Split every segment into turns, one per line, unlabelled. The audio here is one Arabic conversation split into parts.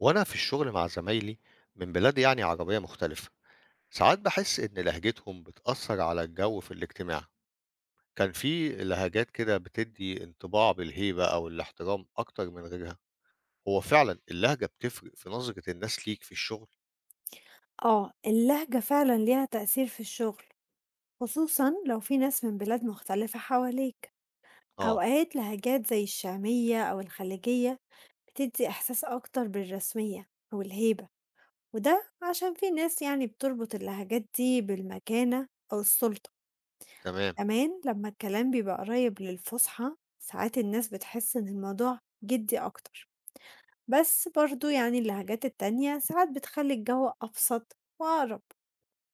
وأنا في الشغل مع زمايلي من بلاد يعني عربية مختلفة. ساعات بحس إن لهجتهم بتأثر على الجو في الاجتماع. كان في لهجات كده بتدي انطباع بالهيبة أو الاحترام أكتر من غيرها. هو فعلا اللهجة بتفرق في نظرة الناس ليك في الشغل؟
آه، اللهجة فعلًا ليها تأثير في الشغل، خصوصًا لو في ناس من بلاد مختلفة حواليك،
آه.
أوقات لهجات زي الشامية أو الخليجية بتدي إحساس أكتر بالرسمية أو الهيبة، وده عشان في ناس يعني بتربط اللهجات دي بالمكانة أو السلطة،
تمام.
كمان لما الكلام بيبقى قريب للفصحى ساعات الناس بتحس إن الموضوع جدي أكتر، بس برضه يعني اللهجات التانية ساعات بتخلي الجو أبسط وأقرب.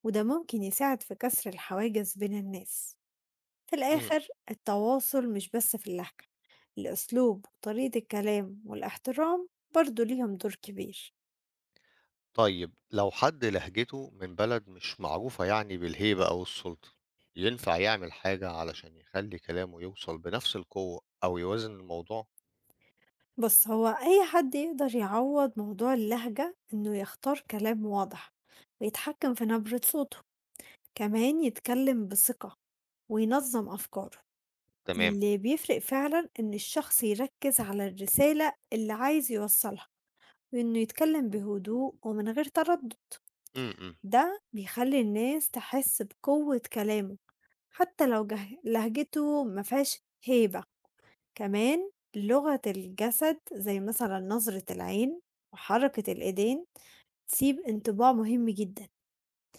وده ممكن يساعد في كسر الحواجز بين الناس. في
مم.
الآخر التواصل مش بس في اللهجة، الأسلوب وطريقة الكلام والاحترام برضو ليهم دور كبير.
طيب لو حد لهجته من بلد مش معروفة يعني بالهيبة أو السلطة، ينفع يعمل حاجة علشان يخلي كلامه يوصل بنفس القوة أو يوازن الموضوع؟
بس هو أي حد يقدر يعوض موضوع اللهجة إنه يختار كلام واضح ويتحكم في نبرة صوته، كمان يتكلم بثقة وينظم أفكاره.
تمام.
اللي بيفرق فعلا إن الشخص يركز على الرسالة اللي عايز يوصلها، وإنه يتكلم بهدوء ومن غير تردد.
امم.
ده بيخلّي الناس تحس بقوة كلامه، حتى لو جه لهجته ما فيهاش هيبة، كمان لغة الجسد زي مثلًا نظرة العين وحركة الإيدين تسيب انطباع مهم جدًا،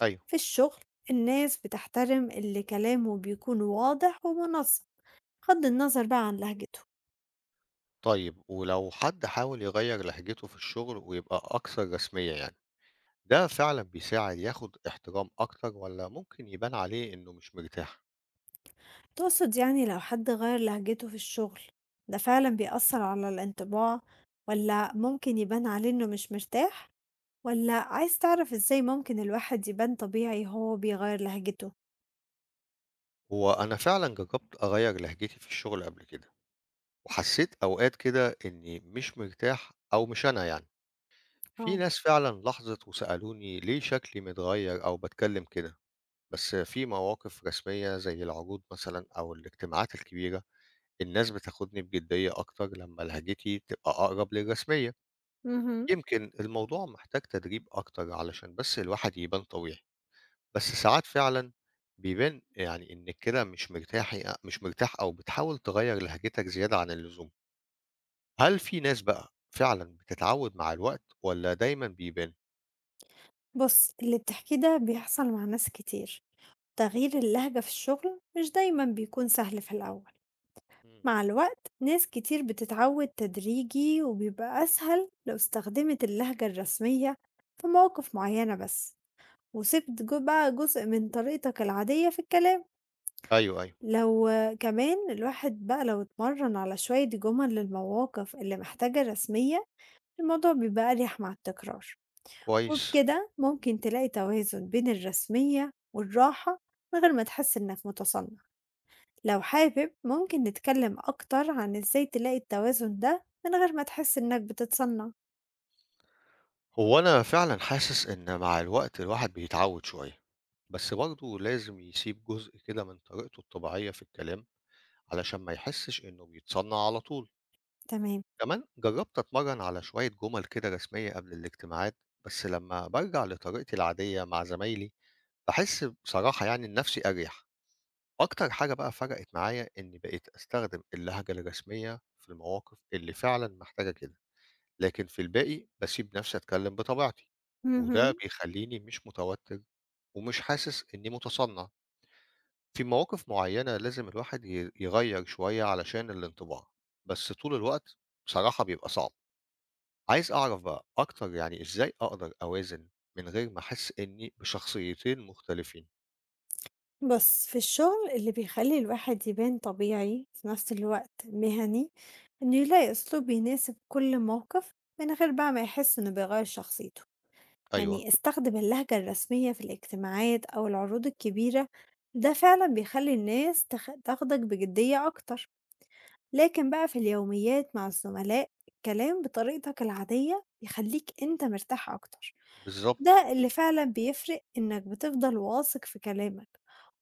ايوه.
في الشغل الناس بتحترم اللي كلامه بيكون واضح ومنظم، بغض النظر بقى عن لهجته،
طيب ولو حد حاول يغير لهجته في الشغل ويبقى أكثر رسمية يعني، ده فعلا بيساعد ياخد احترام أكتر ولا ممكن يبان عليه إنه مش مرتاح؟
تقصد يعني لو حد غيّر لهجته في الشغل ده فعلًا بيأثّر على الانطباع والّا ممكن يبان عليه إنه مش مرتاح؟ والّا
مم.
عايز تعرف إزاي ممكن الواحد يبان طبيعي وهو بيغيّر لهجته؟
هو أنا فعلا جربت أغير لهجتي في الشغل قبل كده، وحسيت أوقات كده إني مش مرتاح أو مش أنا يعني. في
آه.
ناس فعلا لاحظت وسألوني ليه شكلي متغير أو بتكلم كده. بس في مواقف رسمية زي العروض مثلا أو الاجتماعات الكبيرة الناس بتاخدني بجدية أكتر لمّا لهجتي تبقى أقرب للرسمية.
اهم.
يمكن الموضوع محتاج تدريب أكتر علشان بس الواحد يبان طبيعي، بس ساعات فعلًا بيبان يعني إنِّك كده مش مرتاحي أ مش مرتاح أو بتحاول تغيّر لهجتك زيادة عن اللزوم. هل في ناس بقى فعلًا بتتعود مع الوقت والّا دايمًا بيبان؟
بُص، اللي بتحكيه ده بيحصل مع ناس كتير، تغيير اللهجة في الشغل مش دايمًا بيكون سهل في الأول،
إمم.
مع الوقت ناس كتير بتتعود تدريجي وبيبقى أسهل لو استخدمت اللهجة الرسمية في مواقف معينة بس، وسِبت ج بقى جزء من طريقتك العادية في الكلام،
أيوه، أيوه.
لو آه، كمان الواحد بقى لو اتمرّن على شوية جُمل للمواقف اللي محتاجة رسمية الموضوع بيبقى أريح مع التكرار.
كويس.
وبكده ممكن تلاقي توازن بين الرسمية والراحة من غير ما تحس إنك متصنع. لو حابب ممكن نتكلم أكتر عن إزاي تلاقي التوازن ده من غير ما تحس إنك بتتصنع.
هو أنا فعلًا حاسس إن مع الوقت الواحد بيتعود شوية، بس برضه لازم يسيب جزء كده من طريقته الطبيعية في الكلام علشان ما يحسش إنه بيتصنّع على طول.
تمام.
كمان جرّبت أتمرّن على شوية جُمل كده رسمية قبل الاجتماعات، بس لمّا بارجع لطريقتي العادية مع زمايلي، باحس بصراحة يعني إن نَفْسي أريح. أكتر حاجة بقى فرقِت معايا إنّي بقيت أستخدم اللهجة الرسمية في المواقف اللي فعلًا محتاجة كده، لكن في الباقي باسيب نَفْسي أتكلّم بطبيعتي، وده
مهم.
بيخلّيني مش متوتّر ومش حاسس إنّي مُتصنّع. في مواقف معينة لازم الواحد يغيّر شوية علشان الانطباع، بس طول الوقت بصراحة بيبقى صعب. عايز أعرف بقى أكتر يعني إزاي أقدر أوازن من غير ما أحس إني بشخصيتين مختلفين؟
بص في الشغل اللي بيخلي الواحد يبان طبيعي في نفس الوقت مهني إنه يلاقي أسلوب يناسب كل موقف من غير بقى ما يحس إنه بيغير شخصيته.
أيوه،
يعني استخدم اللهجة الرسمية في الاجتماعات أو العروض الكبيرة، ده فعلا بيخلي الناس تاخدك بجدية أكتر. لكن بقى في اليوميات مع الزملاء الكلام بطريقتك العادية بيخليك أنت مرتاح أكتر.
بالضبط.
ده اللي فعلا بيفرق إنك بتفضل واثق في كلامك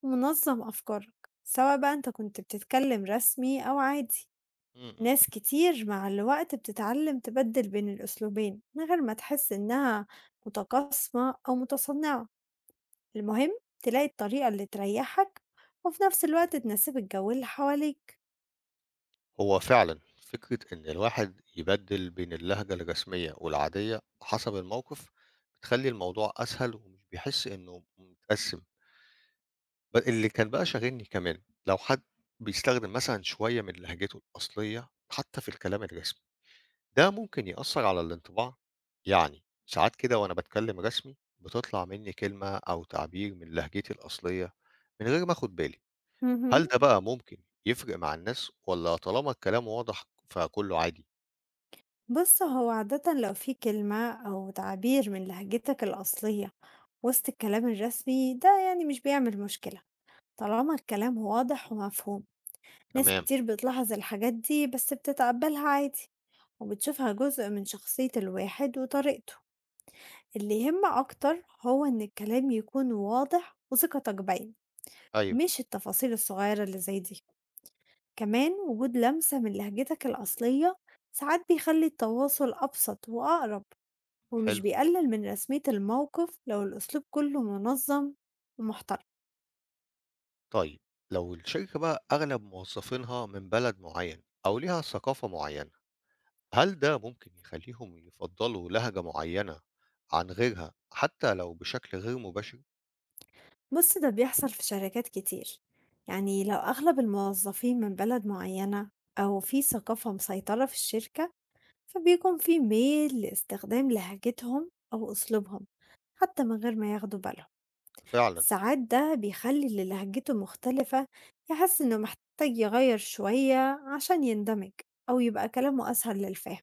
ومنظم أفكارك سواء بقى أنت كنت بتتكلم رسمي أو عادي.
إمم، إمم.
ناس كتير مع الوقت بتتعلم تبدل بين الأسلوبين من غير ما تحس إنها متقاسمة أو متصنعة. المهم تلاقي الطريقة اللي تريحك وفي نفس الوقت تناسب الجو اللي حواليك.
هو فعلًا فكرة إن الواحد يبدِّل بين اللهجة الرسمية والعادية حسب الموقف، بتخلّي الموضوع أسهل ومش بيحس إنه متقسّم. اللي كان بقى شاغلني كمان، لو حد بيستخدم مثلًا شوية من لهجته الأصلية حتى في الكلام الرسمي، ده ممكن يأثّر على الانطباع؟ يعني ساعات كده وأنا باتكلم رسمي، بتطلع منّي كلمة أو تعبير من لهجتي الأصلية من غير ما آخُد بالي. هل
مهم.
ده بقى ممكن يفرق مع الناس والّا طالما الكلام واضح فكُلّه عادي؟
بص هو عادة لو في كلمة أو تعبير من لهجتك الأصلية وسط الكلام الرسمي ده يعني مش بيعمل مشكلة طالما الكلام واضح ومفهوم. ناس
تمام،
كتير بتلاحظ الحاجات دي بس بتتقبلها عادي وبتشوفها جزء من شخصية الواحد وطريقته. اللي يهم أكتر هو إن الكلام يكون واضح وثقتك باينة،
أيوه،
مش التفاصيل الصغيرة اللي زي دي. كمان وجود لمسة من لهجتك الأصلية ساعات بيخلي التواصل أبسط وأقرب ومش
حلو.
بيقلل من رسمية الموقف لو الأسلوب كله منظم ومحترم.
طيب لو الشركة بقى أغلب موظّفينها من بلد معيّن أو ليها ثقافة معيّنة، هل ده ممكن يخلّيهم يفضّلوا لهجة معيّنة عن غيرها، حتى لو بشكل غير مباشر؟
بص ده بيحصل في شركات كتير، يعني لو أغلب الموظفين من بلد معينة أو في ثقافة مسيطرة في الشركة فبيكون في ميل لاستخدام لهجتهم أو أسلوبهم حتى من غير ما ياخدوا بالهم.
فعلًا،
ساعات ده بيخلي اللي لهجته مختلفة يحس إنه محتاج يغير شوية عشان يندمج أو يبقى كلامه أسهل للفهم.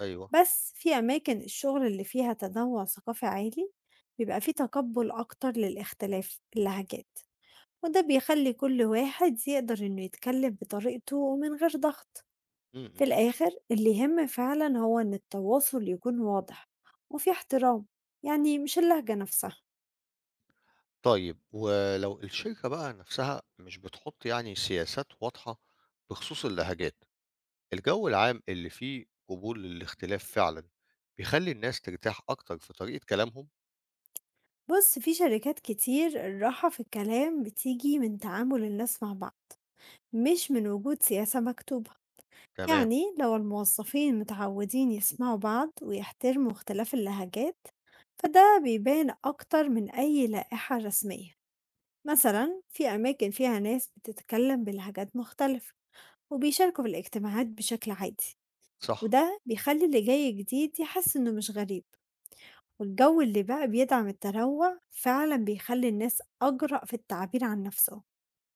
أيوه،
بس في أماكن الشغل اللي فيها تنوع ثقافي عالي بيبقى فيه تقبل أكتر للاختلاف اللهجات، وده بيخلي كل واحد يقدر إنه يتكلم بطريقته ومن غير ضغط.
إمم،
في
إمم.
الآخر اللي يهم فعلا هو إن التواصل يكون واضح وفي احترام، يعني مش اللهجة نفسها.
طيب ولو الشركة بقى نفسها مش بتحُط يعني سياسات واضحة بخصوص اللهجات، الجو العام اللي فيه قبول للاختلاف فعلًا، بيخلّي الناس ترتاح أكتر في طريقة كلامهم؟
بص في شركات كتير الراحة في الكلام بتيجي من تعامل الناس مع بعض مش من وجود سياسة مكتوبة.
تمام،
يعني لو الموظفين متعودين يسمعوا بعض ويحترموا اختلاف اللهجات فده بيبان أكتر من أي لائحة رسمية. مثلا في أماكن فيها ناس بتتكلم بلهجات مختلفة وبيشاركوا في الاجتماعات بشكل عادي،
صح،
وده بيخلّي اللي جاي جديد يحس إنه مش غريب، والجو اللي بقى بيدعم التنوع فعلًا بيخلّي الناس أجرأ في التعبير عن نفسهم،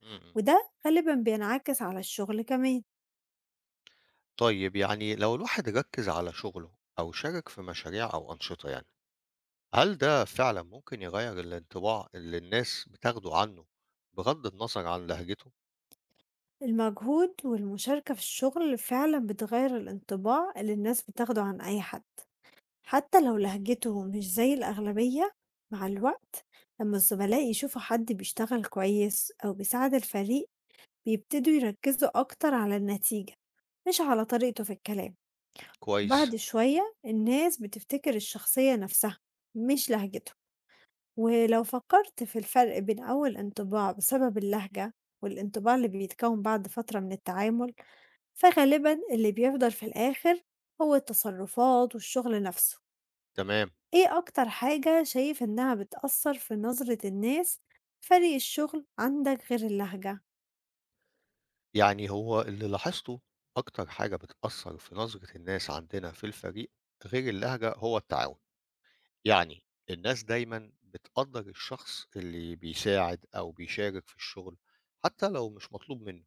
إمم، إمم.
وده غالبًا بينعكس على الشغل كمان،
طيب يعني لو الواحد ركّز على شغله أو شارك في مشاريع أو أنشطة يعني، هل ده فعلًا ممكن يغيّر الانطباع اللي الناس بتاخده عنه بغض النظر عن لهجته؟
المجهود والمشاركة في الشغل فعلًا بتغيّر الانطباع اللي الناس بتاخده عن أي حد، حتى لو لهجته مش زي الأغلبية. مع الوقت لمّا الزملاء يشوفوا حد بيشتغل كويس أو بيساعد الفريق بيبتدوا يركزوا أكتر على النتيجة مش على طريقته في الكلام.
كويس،
وبعد شوية الناس بتفتكر الشخصية نفسها مش لهجتهم، ولو فكرت في الفرق بين أول انطباع بسبب اللهجة والانطباع اللي بيتكون بعد فترة من التعامل فغالبا اللي بيفضل في الآخر هو التصرفات والشغل نفسه.
تمام.
إيه أكتر حاجة شايف إنها بتأثر في نظرة الناس فريق الشغل عندك غير اللهجة؟
يعني هو اللي لاحظته أكتر حاجة بتأثّر في نظرة الناس عندنا في الفريق غير اللهجة هو التعاون. يعني الناس دايمًا بتقدّر الشخص اللي بيساعد أو بيشارك في الشغل حتى لو مش مطلوب منه.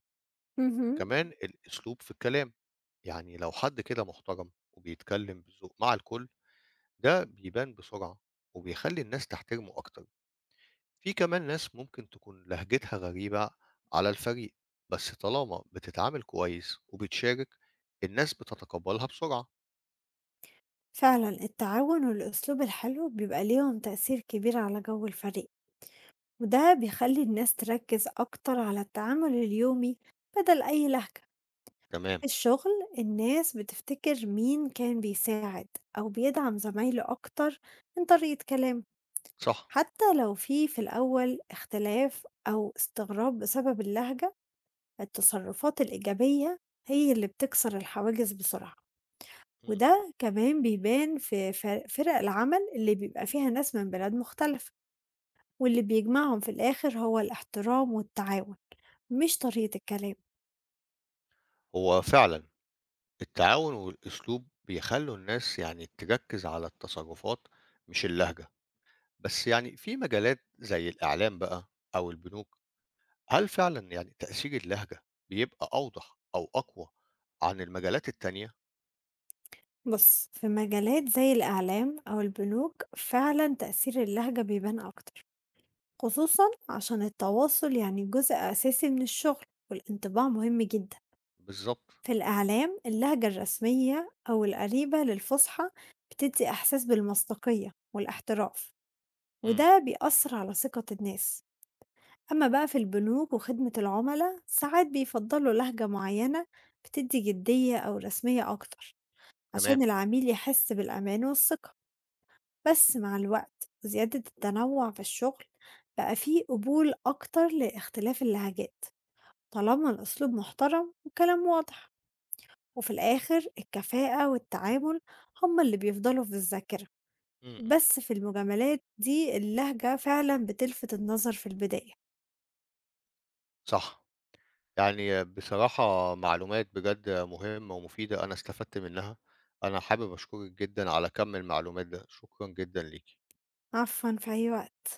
مهم.
كمان الأسلوب في الكلام، يعني لو حد كده محترم وبيتكلم بذوق مع الكل، ده بيبان بسرعة وبيخلي الناس تحترمه أكتر. في كمان ناس ممكن تكون لهجتها غريبة على الفريق بس طالما بتتعامل كويس وبتشارك الناس بتتقبلها بسرعة.
فعلا التعاون والأسلوب الحلو بيبقى ليهم تأثير كبير على جو الفريق، وده بيخلي الناس تركز أكتر على التعامل اليومي بدل أي لهجة.
تمام.
في الشغل الناس بتفتكر مين كان بيساعد أو بيدعم زمايله أكتر من طريقة كلامه،
صح.
حتى لو في الأول اختلاف أو استغراب بسبب اللهجة، التصرفات الإيجابية هي اللي بتكسر الحواجز بسرعة.
م-م.
وده كمان بيبان في فرق العمل اللي بيبقى فيها ناس من بلاد مختلفة، واللي بيجمعهم في الآخر هو الاحترام والتعاون مش طريقة الكلام.
هو فعلا التعاون والأسلوب بيخلوا الناس يعني تركز على التصرفات مش اللهجة. بس يعني في مجالات زي الإعلام بقى أو البنوك، هل فعلا يعني تأثير اللهجة بيبقى أوضح أو أقوى عن المجالات التانية؟
بص في مجالات زي الإعلام أو البنوك فعلا تأثير اللهجة بيبان أكتر، خصوصا عشان التواصل يعني جزء أساسي من الشغل والانطباع مهم جدا.
بالضبط،
في الإعلام اللهجة الرسمية أو القريبة للفصحى بتدي إحساس بالمصداقية والاحتراف،
إمم،
وده بيأثر على ثقة الناس. أما بقى في البنوك وخدمة العملاء ساعات بيفضلوا لهجة معينة بتدي جدية أو رسمية أكتر عشان
تمام،
العميل يحس بالأمان والثقة. بس مع الوقت وزيادة التنوع في الشغل بقى فيه قبول أكتر لاختلاف اللهجات طالما الأسلوب محترم والكلام واضح، وفي الآخر الكفاءة والتعامل هما اللي بيفضلوا في الذاكرة.
إمم، إمم.
بس في المجاملات دي اللهجة فعلا بتلفت النظر في البداية.
صح. يعني بصراحة معلومات بجد مهمة ومفيدة أنا استفدت منها، أنا حابب أشكرِك جدًا على كم المعلومات ده، شكرًا جدًا ليكِ.
عفوا، في أي وقت.